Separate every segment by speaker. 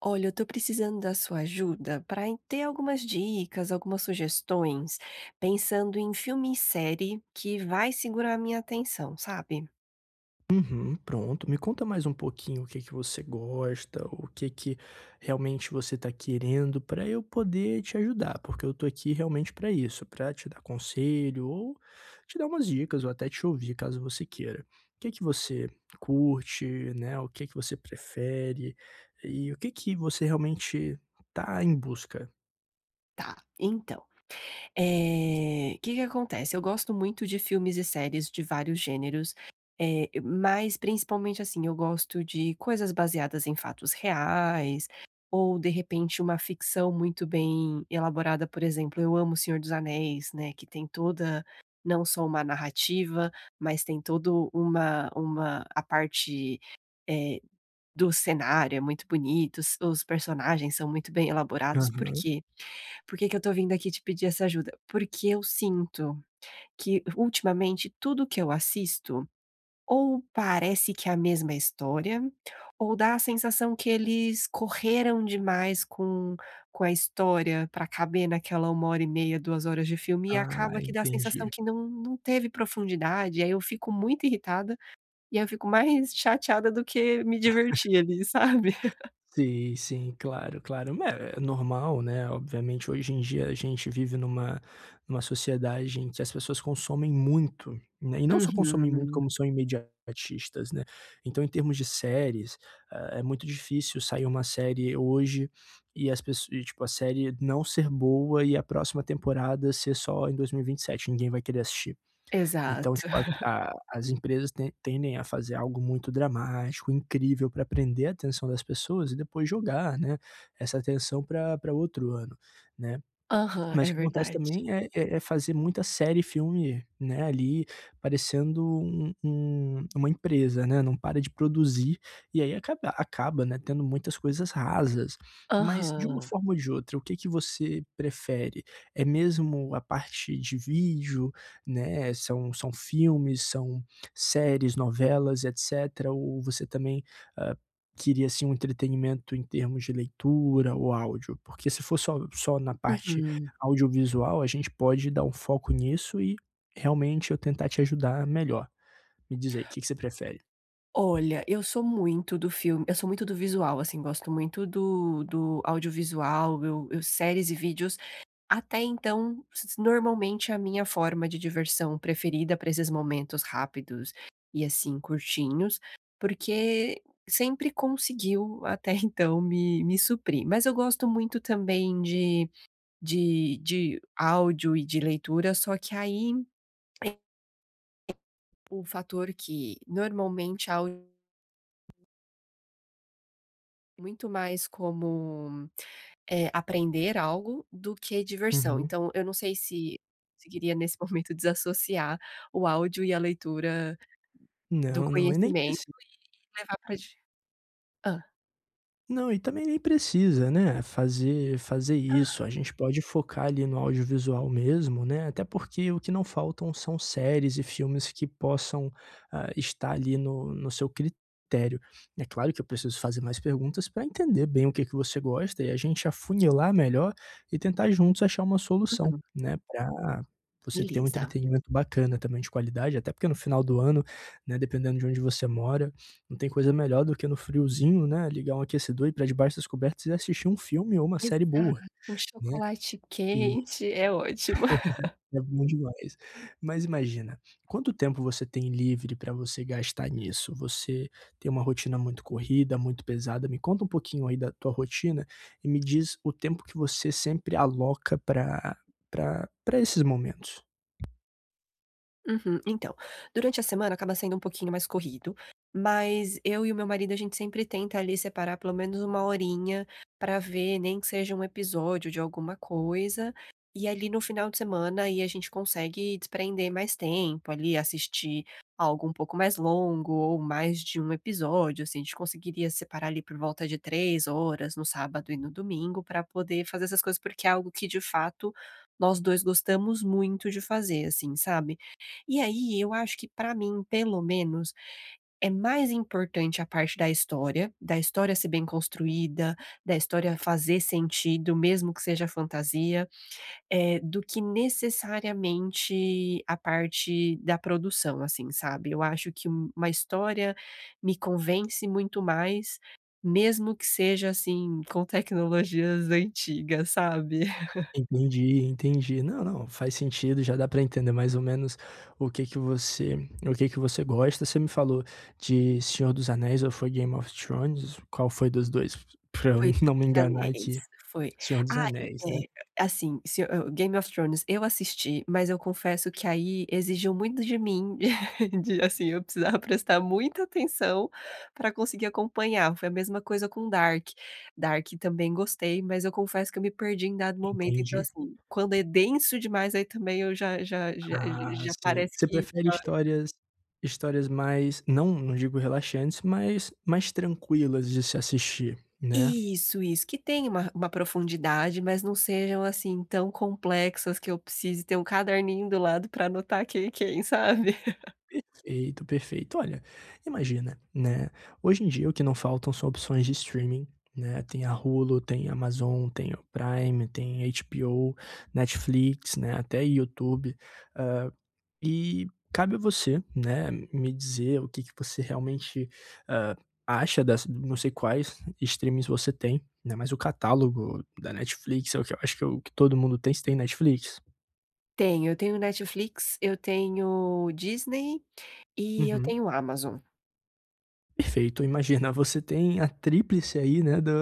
Speaker 1: Olha, eu tô precisando da sua ajuda para ter algumas dicas, algumas sugestões, pensando em filme e série que vai segurar a minha atenção, sabe?
Speaker 2: Uhum, pronto. Me conta mais um pouquinho o que que você gosta, o que que realmente você está querendo para eu poder te ajudar, porque eu tô aqui realmente para isso, para te dar conselho ou te dar umas dicas ou até te ouvir caso você queira. O que que você curte, né? O que que você prefere e o que que você realmente tá em busca?
Speaker 1: Tá. Então, que que acontece? Eu gosto muito de filmes e séries de vários gêneros, mas principalmente, assim, eu gosto de coisas baseadas em fatos reais, ou de repente uma ficção muito bem elaborada, por exemplo, eu amo O Senhor dos Anéis, né, que tem toda não só uma narrativa, mas tem todo uma a parte, eh do cenário é muito bonito, os personagens são muito bem elaborados, por
Speaker 2: Aham.
Speaker 1: quê? Por que que eu tô vindo aqui te pedir essa ajuda? Porque eu sinto que ultimamente tudo que eu assisto, ou parece que é a mesma história, ou dá a sensação que eles correram demais com a história para caber naquela uma hora e meia, 2 horas de filme, e
Speaker 2: Ah,
Speaker 1: acaba que dá a
Speaker 2: entendi.
Speaker 1: sensação que não teve profundidade, aí eu fico muito irritada, e aí eu fico mais chateada do que me divertir ali, sabe?
Speaker 2: Sim, sim, claro, claro. Ma é é normal, né, obviamente, hoje em dia a gente vive numa sociedade em que as pessoas consomem muito, né, e não só consomem muito
Speaker 1: Uhum,
Speaker 2: como são imediatistas, né. Então em termos de séries, é muito difícil sair uma série hoje e as pessoas e tipo, a série não ser boa e a próxima temporada ser só em 2027, ninguém vai querer assistir. Então,
Speaker 1: exato.
Speaker 2: tipo, a as empresas tendem a fazer algo muito dramático, incrível para prender a atenção das pessoas e depois jogar, né, essa atenção para pra outro ano, né.
Speaker 1: Aham,
Speaker 2: Mas
Speaker 1: é
Speaker 2: o que acontece
Speaker 1: verdade.
Speaker 2: também é fazer muita série e filme, né, ali parecendo um uma empresa, né, não para de produzir, e aí acaba, né, tendo muitas coisas rasas. Mas de uma
Speaker 1: Aham,
Speaker 2: forma ou de outra, o que que você prefere? É mesmo a parte de vídeo, né, são filmes, são séries, novelas, etcétera, ou você também, hã, queria, assim, um entretenimento em termos de leitura ou áudio? Porque se for só na parte
Speaker 1: uhum.
Speaker 2: audiovisual, a gente pode dar um foco nisso e realmente eu tentar te ajudar melhor. Me diz aí, o que que você prefere?
Speaker 1: Olha, eu sou muito do filme, eu sou muito do visual, assim, gosto muito do audiovisual, eu séries e vídeos, até então, s normalmente a minha forma de diversão preferida para esses momentos rápidos e, assim, curtinhos, porque sempre conseguiu até então me suprir. Mas eu gosto muito também de áudio e de leitura, só que aí, o fator que normalmente áudio é muito mais como, aprender algo do que diversão.
Speaker 2: Uhum.
Speaker 1: Então eu não sei se conseguiria nesse momento desassociar o áudio e a leitura do
Speaker 2: Não, não, e nem
Speaker 1: conhecimento
Speaker 2: precisa.
Speaker 1: e levar para di hã.
Speaker 2: Não, e também nem precisa, né, fazer isso, a gente pode focar ali no audiovisual mesmo, né, até porque o que não faltam são séries e filmes que possam, estar ali no seu critério. É claro que eu preciso fazer mais perguntas para entender bem o que que você gosta e a gente afunilar melhor e tentar juntos achar uma solução,
Speaker 1: Aham,
Speaker 2: né, para você ter um
Speaker 1: beleza.
Speaker 2: entretenimento bacana também de qualidade, até porque no final do ano, né, dependendo de onde você mora, não tem coisa melhor do que no friozinho, né, ligar um aquecedor, e ir pra debaixo das cobertas e assistir um filme ou uma série
Speaker 1: Exato,
Speaker 2: boa,
Speaker 1: um
Speaker 2: né,
Speaker 1: chocolate
Speaker 2: e
Speaker 1: quente é ótimo.
Speaker 2: é bom demais. Mas imagina, quanto tempo você tem livre pra você gastar nisso? Você tem uma rotina muito corrida, muito pesada? Me conta um pouquinho aí da tua rotina e me diz o tempo que você sempre aloca pra esses momentos.
Speaker 1: Uhum. Então, durante a semana acaba sendo um pouquinho mais corrido, mas eu e o meu marido a gente sempre tenta ali separar pelo menos uma horinha pra ver, nem que seja um episódio de alguma coisa. E ali no final de semana aí a gente consegue desprender mais tempo ali, assistir algo um pouco mais longo ou mais de um episódio, assim, a gente conseguiria separar ali por volta de 3 horas no sábado e no domingo pra poder fazer essas coisas, porque é algo que de fato nós 2 gostamos muito de fazer, assim, sabe? E aí, eu acho que pra mim, pelo menos, é mais importante a parte da história ser bem construída, da história fazer sentido, mesmo que seja fantasia, do que necessariamente a parte da produção, assim, sabe. Eu acho que uma história me convence muito mais, mesmo que seja, assim, com tecnologias antigas, sabe.
Speaker 2: Entendi, entendi. Não, não, faz sentido, já dá para entender mais ou menos o que que você o que que você gosta. Você me falou de Senhor dos Anéis ou foi Game of Thrones? Qual foi dos 2? Para eu
Speaker 1: Foi
Speaker 2: não me
Speaker 1: Senhor dos
Speaker 2: enganar
Speaker 1: Anéis,
Speaker 2: aqui.
Speaker 1: foi.
Speaker 2: Senhor dos
Speaker 1: Ah, e
Speaker 2: Anéis, né.
Speaker 1: é, assim, se o Game of Thrones eu assisti, mas eu confesso que aí exigiu muito de mim, de assim, eu precisava prestar muita atenção para conseguir acompanhar. Foi a mesma coisa com Dark. Dark também gostei, mas eu confesso que eu me perdi em dado momento, então
Speaker 2: Entendi.
Speaker 1: assim, quando é denso demais, aí também eu já já já
Speaker 2: Ah,
Speaker 1: já
Speaker 2: sim.
Speaker 1: parece
Speaker 2: Você
Speaker 1: que
Speaker 2: prefere histórias mais não, não digo relaxantes, mas mais tranquilas de se assistir, né?
Speaker 1: Isso, que tenha uma profundidade, mas não sejam, assim, tão complexas que eu precise ter um caderninho do lado para anotar quem é quem, sabe.
Speaker 2: Perfeito, perfeito. Olha, imagina, né, hoje em dia o que não faltam são opções de streaming, né, tem a Hulu, tem a Amazon, tem o Prime, tem HBO, Netflix, né, até YouTube, hã, e cabe a você, né, me dizer o que que você realmente, hã, acha das não sei quais streams você tem, né, mas o catálogo da Netflix é o que eu acho que é o que todo mundo tem. Você tem Netflix?
Speaker 1: Tenho, eu tenho Netflix, eu tenho Disney e eu
Speaker 2: Uhum.
Speaker 1: tenho Amazon.
Speaker 2: Perfeito. Imagina, você tem a tríplice aí, né,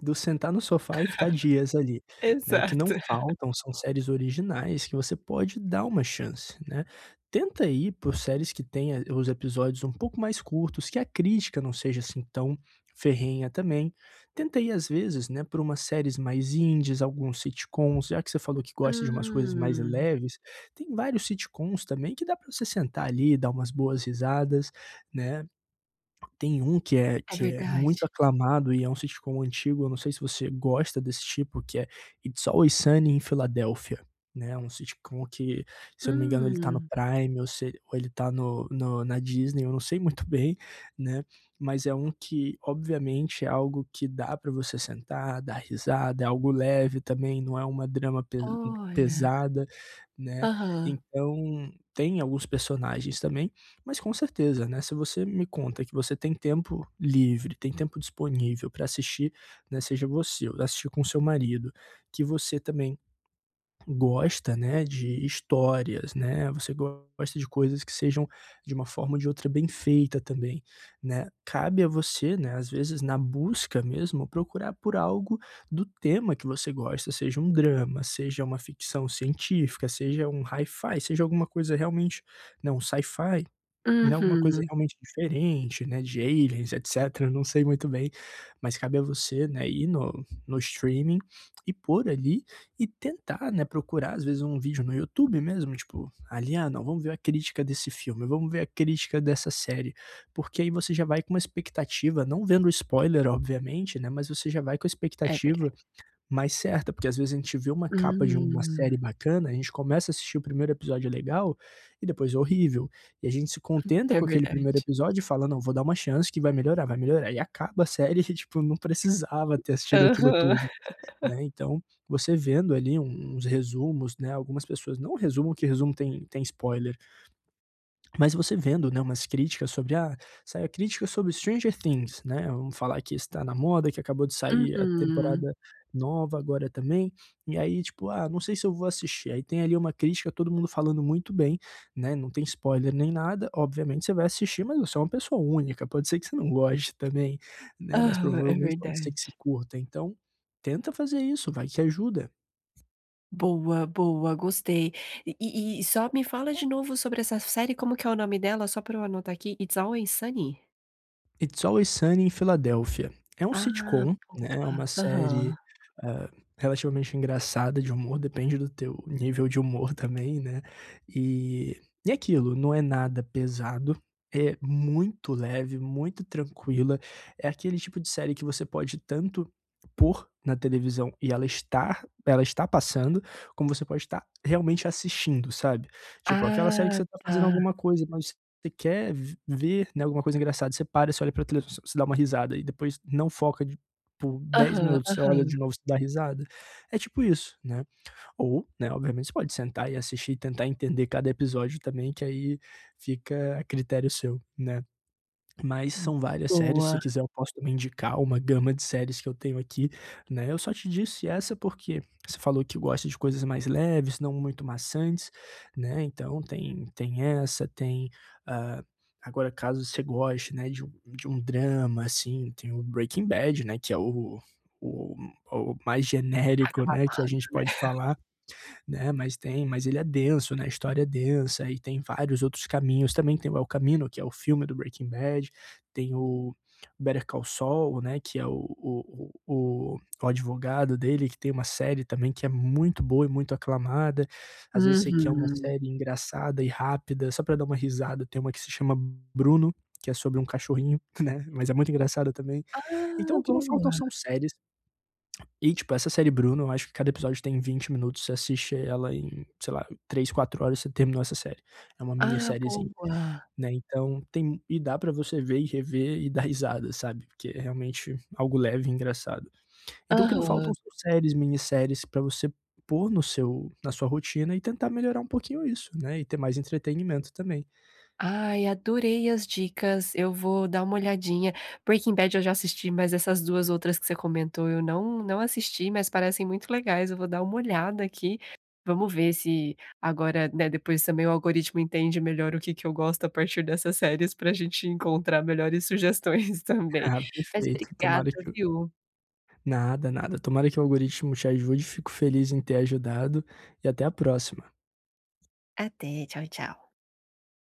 Speaker 2: do sentar no sofá e ficar dias ali, né. O que não
Speaker 1: Exato.
Speaker 2: faltam são séries originais que você pode dar uma chance, né. Tenta ir por séries que tenha os episódios um pouco mais curtos, que a crítica não seja, assim, tão ferrenha também. Tenta ir, às vezes, né, por umas séries mais indies, alguns sitcoms, já que você falou que gosta de umas coisas mais
Speaker 1: Hum,
Speaker 2: leves, tem vários sitcoms também que dá pra você sentar ali, dar umas boas risadas, né. Tem um que
Speaker 1: é
Speaker 2: é
Speaker 1: verdade.
Speaker 2: muito aclamado e é um sitcom antigo, eu não sei se você gosta desse tipo, que é It's Always Sunny em Filadélfia, né, um sitcom que, se eu não me engano, ele tá no
Speaker 1: Hum,
Speaker 2: Prime ou se ou ele tá na Disney, eu não sei muito bem, né, mas é um que, obviamente, é algo que dá pra você sentar, dar risada, é algo leve também, não é uma drama pe
Speaker 1: olha.
Speaker 2: pesada, né,
Speaker 1: Aham.
Speaker 2: então tem alguns personagens também, mas com certeza, né, se você me conta que você tem tempo livre, tem tempo disponível para assistir, né, seja você ou assistir com seu marido, que você também gosta, né, de histórias, né, você gosta de coisas que sejam de uma forma ou de outra bem feita também, né, cabe a você, né, às vezes na busca mesmo, procurar por algo do tema que você gosta, seja um drama, seja uma ficção científica, seja um hi-fi, seja alguma coisa realmente, não sci-fi, né, alguma coisa
Speaker 1: Uhum.
Speaker 2: realmente diferente, né, de aliens, etcétera, não sei muito bem, mas cabe a você, né, ir no streaming e pôr ali e tentar, né, procurar às vezes um vídeo no YouTube mesmo, tipo, ali: "Ah, não, vamos ver a crítica desse filme, vamos ver a crítica dessa série", porque aí você já vai com uma expectativa, não vendo spoiler obviamente, né, mas você já vai com a
Speaker 1: É
Speaker 2: expectativa
Speaker 1: verdade.
Speaker 2: mais certa, porque às vezes a gente vê uma capa de uma
Speaker 1: Hum,
Speaker 2: série bacana, a gente começa a assistir o primeiro episódio legal e depois é horrível. E a gente se contenta
Speaker 1: é
Speaker 2: com aquele
Speaker 1: verdade.
Speaker 2: primeiro episódio e fala: "Não, vou dar uma chance que vai melhorar", e acaba a série que, tipo, não precisava ter assistido aquilo
Speaker 1: Aham.
Speaker 2: tudo, né. Então, você vendo ali uns resumos, né, algumas pessoas não resumam que resumo tem spoiler. Mas você vendo, né, umas críticas sobre ah, saiu a crítica sobre Stranger Things, né, vamos falar que está na moda, que acabou de sair a
Speaker 1: Uhum.
Speaker 2: temporada nova agora também, e aí tipo: "Ah, não sei se eu vou assistir". Aí tem ali uma crítica, todo mundo falando muito bem, né, não tem spoiler nem nada, obviamente você vai assistir, mas você é uma pessoa única, pode ser que você não goste também, né, mas
Speaker 1: Aham, é
Speaker 2: provavelmente pode ser que você
Speaker 1: verdade.
Speaker 2: curta, então tenta fazer isso, vai que ajuda.
Speaker 1: Boa, boa, gostei. E só me fala de novo sobre essa série, como que é o nome dela, só para eu anotar aqui. It's Always Sunny?
Speaker 2: It's Always Sunny em Filadélfia. É um
Speaker 1: Ah,
Speaker 2: sitcom, né, é
Speaker 1: boa.
Speaker 2: uma
Speaker 1: Aham.
Speaker 2: série, hã, relativamente engraçada de humor, depende do teu nível de humor também, né, e e é aquilo, não é nada pesado, é muito leve, muito tranquila, é aquele tipo de série que você pode tanto pôr na televisão e ela está passando, como você pode estar realmente assistindo, sabe. Tipo, aquela série que
Speaker 1: Ah,
Speaker 2: você tá fazendo
Speaker 1: tá.
Speaker 2: alguma coisa, mas você quer v ver, né, alguma coisa engraçada, você para, você olha pra televisão, você dá uma risada e depois não foca de por dez
Speaker 1: Aham,
Speaker 2: minutos, você olha
Speaker 1: aham.
Speaker 2: de novo, você dá risada. É tipo isso, né. Ou, né, obviamente você pode sentar e assistir e tentar entender cada episódio também que aí fica a critério seu, né. Mas são várias séries, se você
Speaker 1: Boa.
Speaker 2: quiser eu posso também indicar uma gama de séries que eu tenho aqui, né. Eu só te disse essa porque você falou que gosta de coisas mais leves, não muito maçantes, né, então tem essa, tem, hã, agora caso você goste, né, de um drama, assim, tem o Breaking Bad, né, que é o o mais genérico, né, que a gente pode falar. Né, mas tem mas ele é denso, né, a história é densa e tem vários outros caminhos também, tem o El Camino, que é o filme do Breaking Bad, tem o Better Call Saul, né, que é o advogado dele, que tem uma série também que é muito boa e muito aclamada. Às vezes você quer uma
Speaker 1: Uhum.
Speaker 2: série engraçada e rápida, só para dar uma risada, tem uma que se chama Bruno, que é sobre um cachorrinho, né, mas é muito engraçada também.
Speaker 1: Ah,
Speaker 2: Então o que não faltam
Speaker 1: boa.
Speaker 2: são séries e, tipo, essa série Bruno, eu acho que cada episódio tem 20 minutos, você assiste ela em, sei lá, 3 4 horas, você terminou essa série. É uma
Speaker 1: Ah,
Speaker 2: minisseriezinha,
Speaker 1: boa.
Speaker 2: né, então tem e dá pra você ver e rever e dar risada, sabe, porque é realmente algo leve e engraçado. Então o que não
Speaker 1: Aham.
Speaker 2: faltam são séries, minisséries pra você pôr no seu na sua rotina e tentar melhorar um pouquinho isso, né, e ter mais entretenimento também.
Speaker 1: Ai, adorei as dicas, eu vou dar uma olhadinha. Breaking Bad eu já assisti, mas essas 2 outras que você comentou eu não assisti, mas parecem muito legais, eu vou dar uma olhada aqui. Vamos ver se agora, né, depois também o algoritmo entende melhor o que que eu gosto a partir dessas séries para a gente encontrar melhores sugestões também.
Speaker 2: Ah,
Speaker 1: Mas
Speaker 2: perfeito,
Speaker 1: obrigada,
Speaker 2: tomara que o
Speaker 1: viu.
Speaker 2: nada, nada. Tomara que o algoritmo te ajude, fico feliz em ter ajudado e até a próxima.
Speaker 1: Até, tchau, tchau.